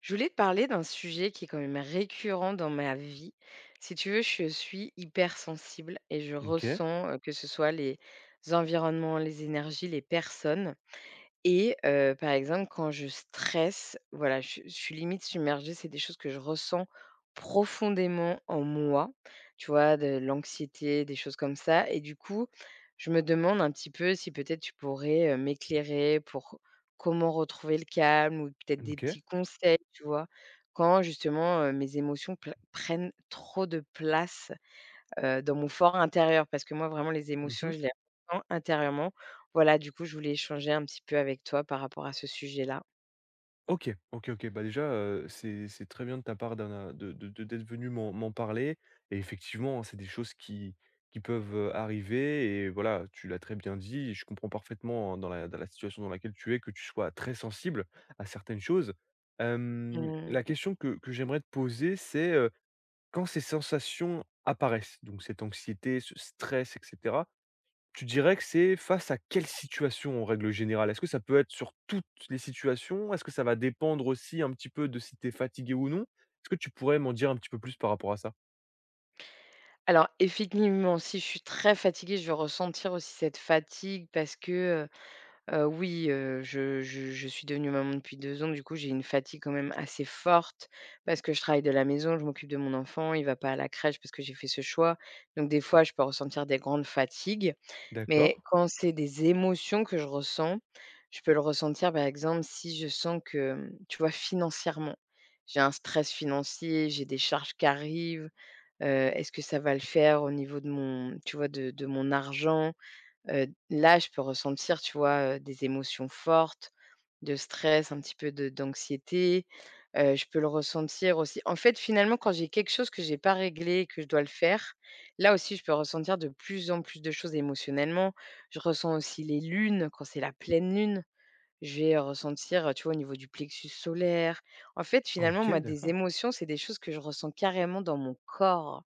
Je voulais te parler d'un sujet qui est quand même récurrent dans ma vie. Si tu veux, je suis hypersensible et je OK, ressens que ce soit les environnements, les énergies, les personnes. Et par exemple, quand je stresse, voilà, je suis limite submergée, c'est des choses que je ressens profondément en moi, tu vois? De l'anxiété, des choses comme ça et du coup, je me demande un petit peu si peut-être tu pourrais, m'éclairer pour comment retrouver le calme ou peut-être des OK. petits conseils, tu vois? Quand justement, mes émotions pla prennent trop de place dans mon fort intérieur parce que moi vraiment les émotions, Mmh. je les ressens intérieurement. Voilà, du coup, je voulais échanger un petit peu avec toi par rapport à ce sujet-là. OK, OK, OK. Bah, déjà, c'est très bien de ta part d'un de d'être venu m'en parler et effectivement, c'est des choses qui peuvent, arriver et voilà, tu l'as très bien dit et je comprends parfaitement, hein, dans la situation dans laquelle tu es, que tu sois très sensible à certaines choses. La Mmh. question que j'aimerais te poser, c'est, quand ces sensations apparaissent, donc cette anxiété, ce stress etc. Tu dirais que c'est face à quelle situation en règle générale? Est-ce que ça peut être sur toutes les situations? Est-ce que ça va dépendre aussi un petit peu de si tu es fatigué ou non? Est-ce que tu pourrais m'en dire un petit peu plus par rapport à ça? Alors effectivement, si je suis très fatiguée, je vais ressentir aussi cette fatigue parce que, oui, je suis devenue maman depuis 2 ans, du coup, j'ai une fatigue quand même assez forte parce que je travaille de la maison, je m'occupe de mon enfant, il va pas à la crèche parce que j'ai fait ce choix. Donc des fois, je peux ressentir des grandes fatigues. D'accord. Mais quand c'est des émotions que je ressens, je peux le ressentir, par exemple, si je sens que, tu vois, financièrement, j'ai un stress financier, j'ai des charges qui arrivent, est-ce que ça va le faire au niveau de mon tu vois, de mon argent? Là, je peux ressentir, tu vois, des émotions fortes, de stress, un petit peu de d'anxiété. Je peux le ressentir aussi. En fait, finalement, quand j'ai quelque chose que j'ai pas réglé et que je dois le faire, là aussi, je peux ressentir de plus en plus de choses émotionnellement. Je ressens aussi les lunes, quand c'est la pleine lune, je vais ressentir, tu vois, au niveau du plexus solaire. En fait, finalement, OK, moi, des d'accord. émotions, c'est des choses que je ressens carrément dans mon corps.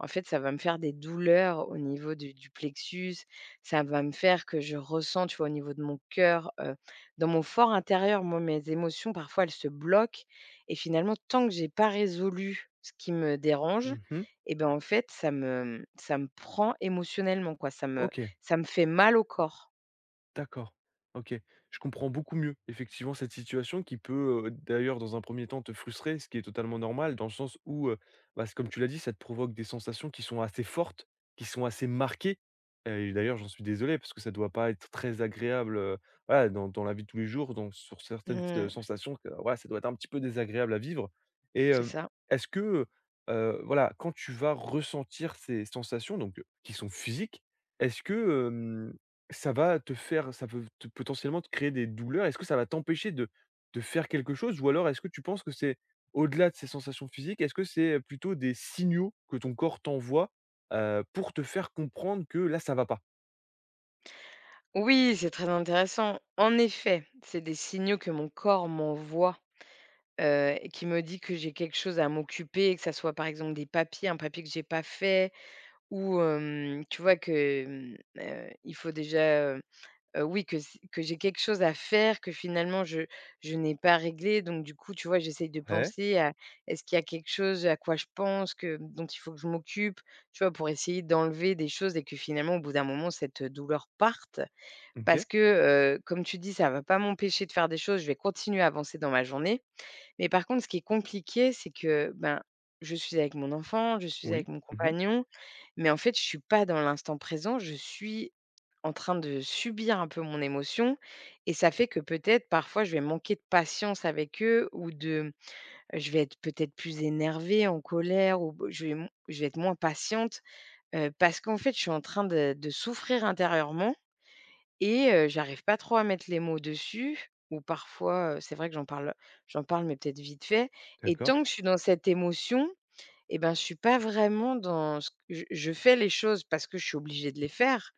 En fait, ça va me faire des douleurs au niveau du plexus, ça va me faire que je ressens, tu vois, au niveau de mon cœur, dans mon fort intérieur, moi, mes émotions, parfois, elles se bloquent et finalement, tant que j'ai pas résolu ce qui me dérange Mmh. et ben, en fait, ça me prend émotionnellement, quoi. Ça me OK. ça me fait mal au corps. D'accord. OK. Je comprends beaucoup mieux, effectivement, cette situation qui peut, d'ailleurs, dans un premier temps, te frustrer, ce qui est totalement normal dans le sens où, bah, c comme tu l'as dit, ça te provoque des sensations qui sont assez fortes, qui sont assez marquées. Et d'ailleurs, j'en suis désolé parce que ça ne doit pas être très agréable, voilà, dans la vie de tous les jours, donc sur certaines s Mmh, sensations que, voilà, ça doit être un petit peu désagréable à vivre et c'est ça. est-ce que, voilà, quand tu vas ressentir ces sensations donc, qui sont physiques, est-ce que, ça peut te potentiellement te créer des douleurs. Est-ce que ça va t'empêcher de faire quelque chose? Ou alors est-ce que tu penses que c'est au-delà de ces sensations physiques, est-ce que c'est plutôt des signaux que ton corps t'envoie, pour te faire comprendre que là, ça va pas? Oui, c'est très intéressant. En effet, c'est des signaux que mon corps m'envoie qui me dit que j'ai quelque chose à m'occuper, que ça soit par exemple des papiers, un papier que j'ai pas fait ou tu vois que, il faut déjà, oui que j'ai quelque chose à faire que finalement je n'ai pas réglé donc du coup, tu vois, j'essaye de Ouais, penser à: «Est-ce qu'il y a quelque chose à quoi je pense que dont il faut que je m'occupe?» Tu vois? Pour essayer d'enlever des choses et que finalement au bout d'un moment cette douleur parte OK, parce que, comme tu dis, ça va pas m'empêcher de faire des choses, je vais continuer à avancer dans ma journée mais par contre, ce qui est compliqué, c'est que, ben, je suis avec mon enfant, je suis avec oui. mon Mmh. compagnon, mais en fait, je suis pas dans l'instant présent, je suis en train de subir un peu mon émotion et ça fait que peut-être parfois je vais manquer de patience avec eux ou de je vais être peut-être plus énervée, en colère ou je vais être moins patiente parce qu'en fait je suis en train de souffrir intérieurement et j'arrive pas trop à mettre les mots dessus ou parfois, c'est vrai que j'en parle, mais peut-être vite fait et tant D'accord. que je suis dans cette émotion et ben, je suis pas vraiment dans ce que je fais les choses parce que je suis obligée de les faire,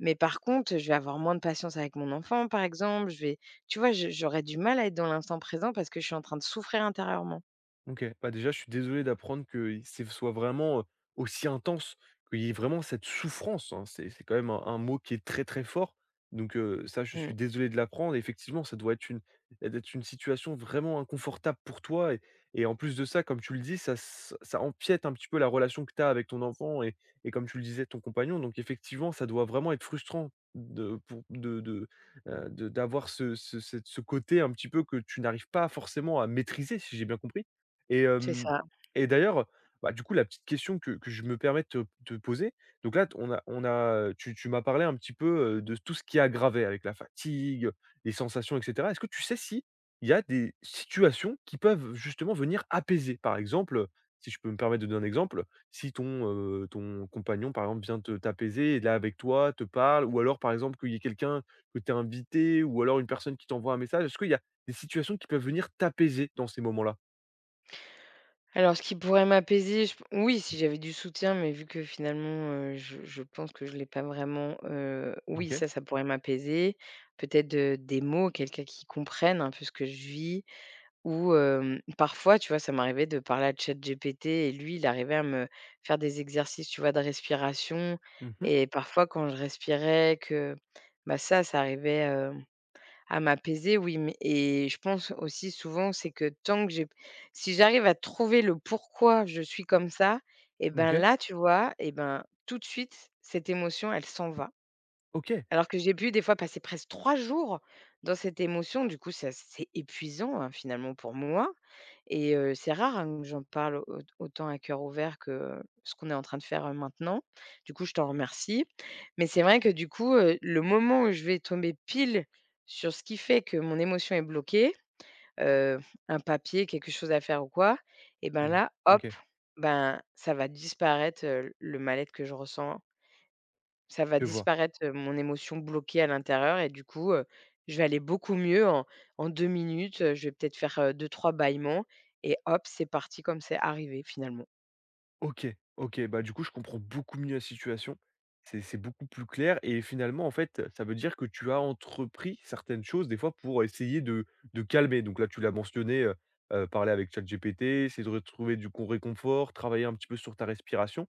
mais par contre, je vais avoir moins de patience avec mon enfant, par exemple, je vais tu vois, je j'aurais du mal à être dans l'instant présent parce que je suis en train de souffrir intérieurement. OK. Bah, déjà, je suis désolé d'apprendre que i c'est soit vraiment, aussi intense, qu'il y ait vraiment cette souffrance, hein. C'est quand même un mot qui est très, très fort. Donc, ça, je suis Mmh, désolé de l'apprendre. Et effectivement, ça doit être une situation vraiment inconfortable pour toi et en plus de ça, comme tu le dis, ça empiète un petit peu la relation que tu as avec ton enfant et comme tu le disais, ton compagnon. Donc effectivement, ça doit vraiment être frustrant de pour de d'avoir ce côté un petit peu que tu n'arrives pas forcément à maîtriser, si j'ai bien compris? Et c'est hem ça. et d'ailleurs, bah, du coup, la petite question que je me permets de te poser, donc là, t on a tu m'as parlé un petit peu, de tout ce qui est aggravé avec la fatigue, les sensations et cetera. Est-ce que tu sais si il y a des situations qui peuvent justement venir apaiser? Par exemple, si je peux me permettre de donner un exemple, si ton, ton compagnon, par exemple, vient te t'apaiser, et là avec toi, te parle ou alors, par exemple, qu'il y ait quelqu'un que tu as invité ou alors une personne qui t'envoie un message. Est-ce qu'il y a des situations qui peuvent venir t'apaiser dans ces moments-là? Alors ce qui pourrait m'apaiser, je oui, si j'avais du soutien, mais vu que finalement, je pense que je ne l'ai pas vraiment, oui, OK. ça pourrait m'apaiser. Peut-être, des mots, quelqu'un qui comprenne un peu ce que je vis ou parfois, tu vois, ça m'arrivait de parler à ChatGPT et lui, il arrivait à me faire des exercices, tu vois, de respiration Mmh mh. et parfois quand je respirais que, bah, ça arrivait, à m'apaiser, oui, mais et je pense aussi souvent, c'est que tant que j'ai si j'arrive à trouver le pourquoi je suis comme ça, et ben OK. là, tu vois, et ben, tout de suite, cette émotion, elle s'en va. OK. Alors que j'ai pu des fois passer presque 3 jours dans cette émotion, du coup, ça c'est épuisant, hein, finalement pour moi et c'est rare, hein, que j'en parle au autant à cœur ouvert que ce qu'on est en train de faire, maintenant. Du coup, je t'en remercie. Mais c'est vrai que du coup, le moment où je vais tomber pile sur ce qui fait que mon émotion est bloquée, heu, un papier, quelque chose à faire ou quoi, et ben Mmh. là, hop, OK, ben, ça va disparaître, le mal-être que je ressens ça va je vois. disparaître, mon émotion bloquée à l'intérieur et du coup, je vais aller beaucoup mieux en 2 minutes, je vais peut-être faire, 2-3 bâillements et hop, c'est parti comme c'est arrivé finalement. OK, OK, bah, du coup, je comprends beaucoup mieux la situation. C'est beaucoup plus clair et finalement, en fait, ça veut dire que tu as entrepris certaines choses, des fois, pour essayer de calmer. Donc là, tu l'as mentionné, parler avec ChatGPT, essayer de retrouver du con réconfort, travailler un petit peu sur ta respiration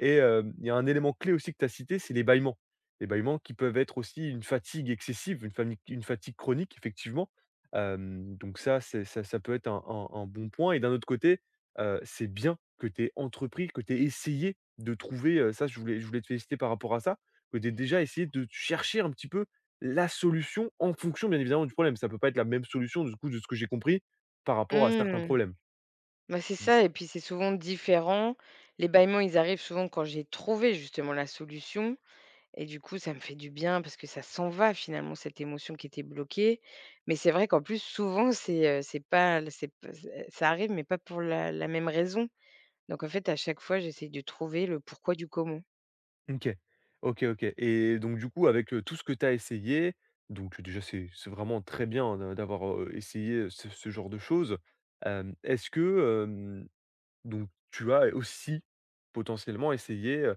et il y a un élément clé aussi que tu as cité, c'est les bâillements. Les bâillements qui peuvent être aussi une fatigue excessive, une fami une fatigue chronique, effectivement. Donc ça, c'est ça peut être un un bon point et d'un autre côté, c'est bien que tu aies entrepris, que tu aies essayé de trouver, ça je voulais te féliciter par rapport à ça, que tu aies déjà essayé de chercher un petit peu la solution en fonction bien évidemment du problème. Ça peut pas être la même solution du coup de ce que j'ai compris, par rapport à certains Mmh. problèmes. Bah, c'est Mmh. ça et puis c'est souvent différent. Les bâillements, ils arrivent souvent quand j'ai trouvé justement la solution et du coup, ça me fait du bien parce que ça s'en va finalement cette émotion qui était bloquée. Mais c'est vrai qu'en plus souvent c'est pas c'est p ça arrive mais pas pour la même raison. Donc en fait, à chaque fois, j'essaie de trouver le pourquoi du comment. OK. OK, OK et donc du coup, avec, tout ce que tu as essayé, donc déjà, c'est vraiment très bien d'avoir, essayé ce genre de choses. Est-ce que, donc, tu as aussi potentiellement essayé,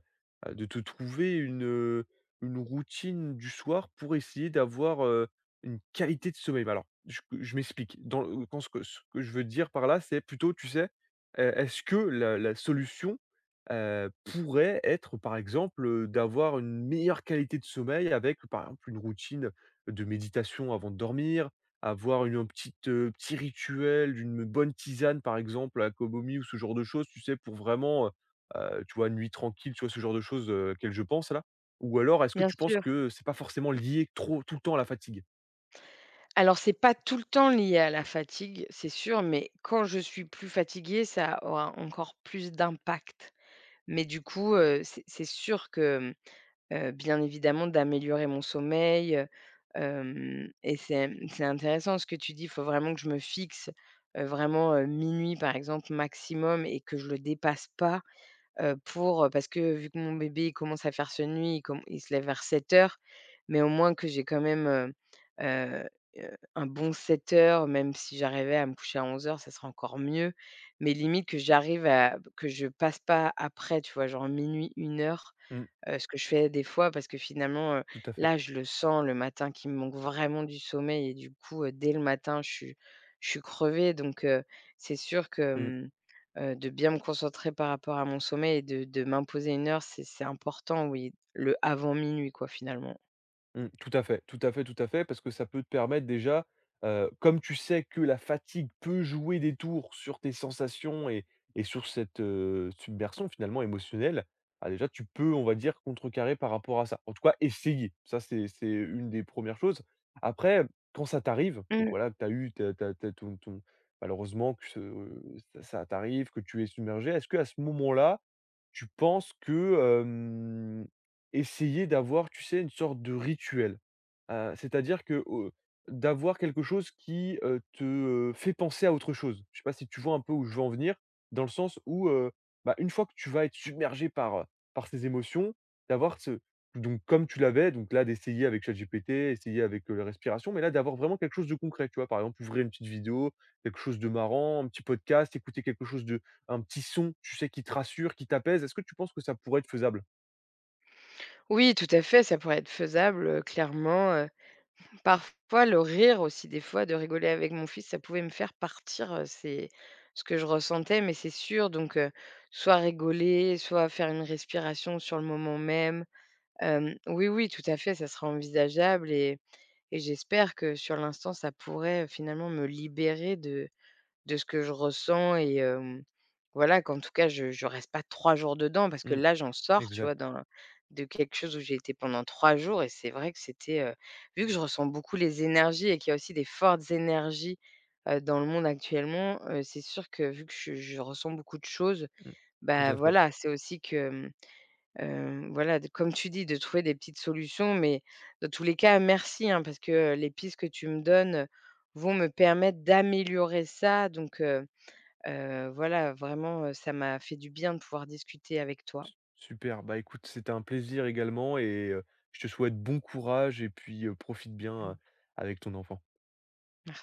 de te trouver une routine du soir pour essayer d'avoir, une qualité de sommeil. Bah, alors, je m'explique. Dans le quand ce que Ce que je veux dire par là, c'est plutôt, tu sais, est-ce que la solution, pourrait être, par exemple, d'avoir une meilleure qualité de sommeil avec, par exemple, une routine de méditation avant de dormir, avoir une petite, petit rituel d'une bonne tisane, par exemple, à Komomi ou ce genre de choses, tu sais? Pour vraiment, tu vois, une nuit tranquille, tu vois, ce genre de choses, auxquelles je pense là? Ou alors est-ce que Bien tu penses sûr. que c'est pas forcément lié trop tout le temps à la fatigue? Alors, c'est pas tout le temps lié à la fatigue, c'est sûr, mais quand je suis plus fatiguée, ça aura encore plus d'impact. Mais du coup, c'est sûr que, bien évidemment, d'améliorer mon sommeil, hem et c'est intéressant ce que tu dis. Il faut vraiment que je me fixe, vraiment, 00:00, par exemple, maximum et que je le dépasse pas. Parce que vu que mon bébé, il commence à faire ce nuit il se lève vers 7 heures mais au moins que j'ai quand même, heu un bon 7 heures même si j'arrivais à me coucher à 11 heures ça serait encore mieux. Mais limite que j'arrive à que je passe pas après, tu vois? Genre minuit une heure. Mmh, Ce que je fais des fois parce que finalement, tout à fait. là, je le sens le matin qu'il me manque vraiment du sommeil et du coup, dès le matin, je suis crevée donc c'est sûr que, Mmh. De bien me concentrer par rapport à mon sommeil et de m'imposer une heure, c'est important, oui, le avant minuit quoi, finalement. Mmh, tout à fait, tout à fait, tout à fait, parce que ça peut te permettre déjà, comme tu sais que la fatigue peut jouer des tours sur tes sensations et sur cette, submersion finalement émotionnelle, ah déjà tu peux, on va dire, contrecarrer par rapport à ça. En tout cas essayer, ça c'est une des premières choses. Après, quand ça t'arrive, donc Mmh. voilà, que tu as eu t'as, t'as, t'as, ton ton malheureusement ça t'arrive, que tu es submergé. Est-ce que à ce moment-là, tu penses que, essayer d'avoir, tu sais, une sorte de rituel. C'est-à-dire que, d'avoir quelque chose qui, te, fait penser à autre chose. Je sais pas si tu vois un peu où je veux en venir? Dans le sens où, bah, une fois que tu vas être submergé par, par ces émotions, d'avoir ce donc comme tu l'avais, donc là d'essayer avec ChatGPT, essayer avec, la respiration, mais là d'avoir vraiment quelque chose de concret, tu vois? Par exemple, ouvrir une petite vidéo, quelque chose de marrant, un petit podcast, écouter quelque chose de un petit son, tu sais, qui te rassure, qui t'apaise. Est-ce que tu penses que ça pourrait être faisable? Oui, tout à fait, ça pourrait être faisable, clairement. Parfois, le rire aussi, des fois, de rigoler avec mon fils, ça pouvait me faire partir, c'est ce que je ressentais, mais c'est sûr donc soit rigoler, soit faire une respiration sur le moment même. Oui, oui, tout à fait, ça sera envisageable et j'espère que sur l'instant, ça pourrait, finalement me libérer de ce que je ressens et voilà qu'en tout cas je reste pas 3 jours dedans parce que Mmh, là j'en sors, tu vois, exact. d'un de quelque chose où j'ai été pendant 3 jours et c'est vrai que c'était, vu que je ressens beaucoup les énergies et qu'il y a aussi des fortes énergies, dans le monde actuellement, c'est sûr que vu que je ressens beaucoup de choses, Mmh. Tout bah, à fait. voilà, c'est aussi que, voilà de comme tu dis de trouver des petites solutions mais dans tous les cas merci, hein, parce que, les pistes que tu me donnes, vont me permettre d'améliorer ça donc voilà, vraiment, ça m'a fait du bien de pouvoir discuter avec toi. Su Super. Bah, écoute, c'était un plaisir également et je te souhaite bon courage et puis, profite bien, Mmh. avec ton enfant. Merci.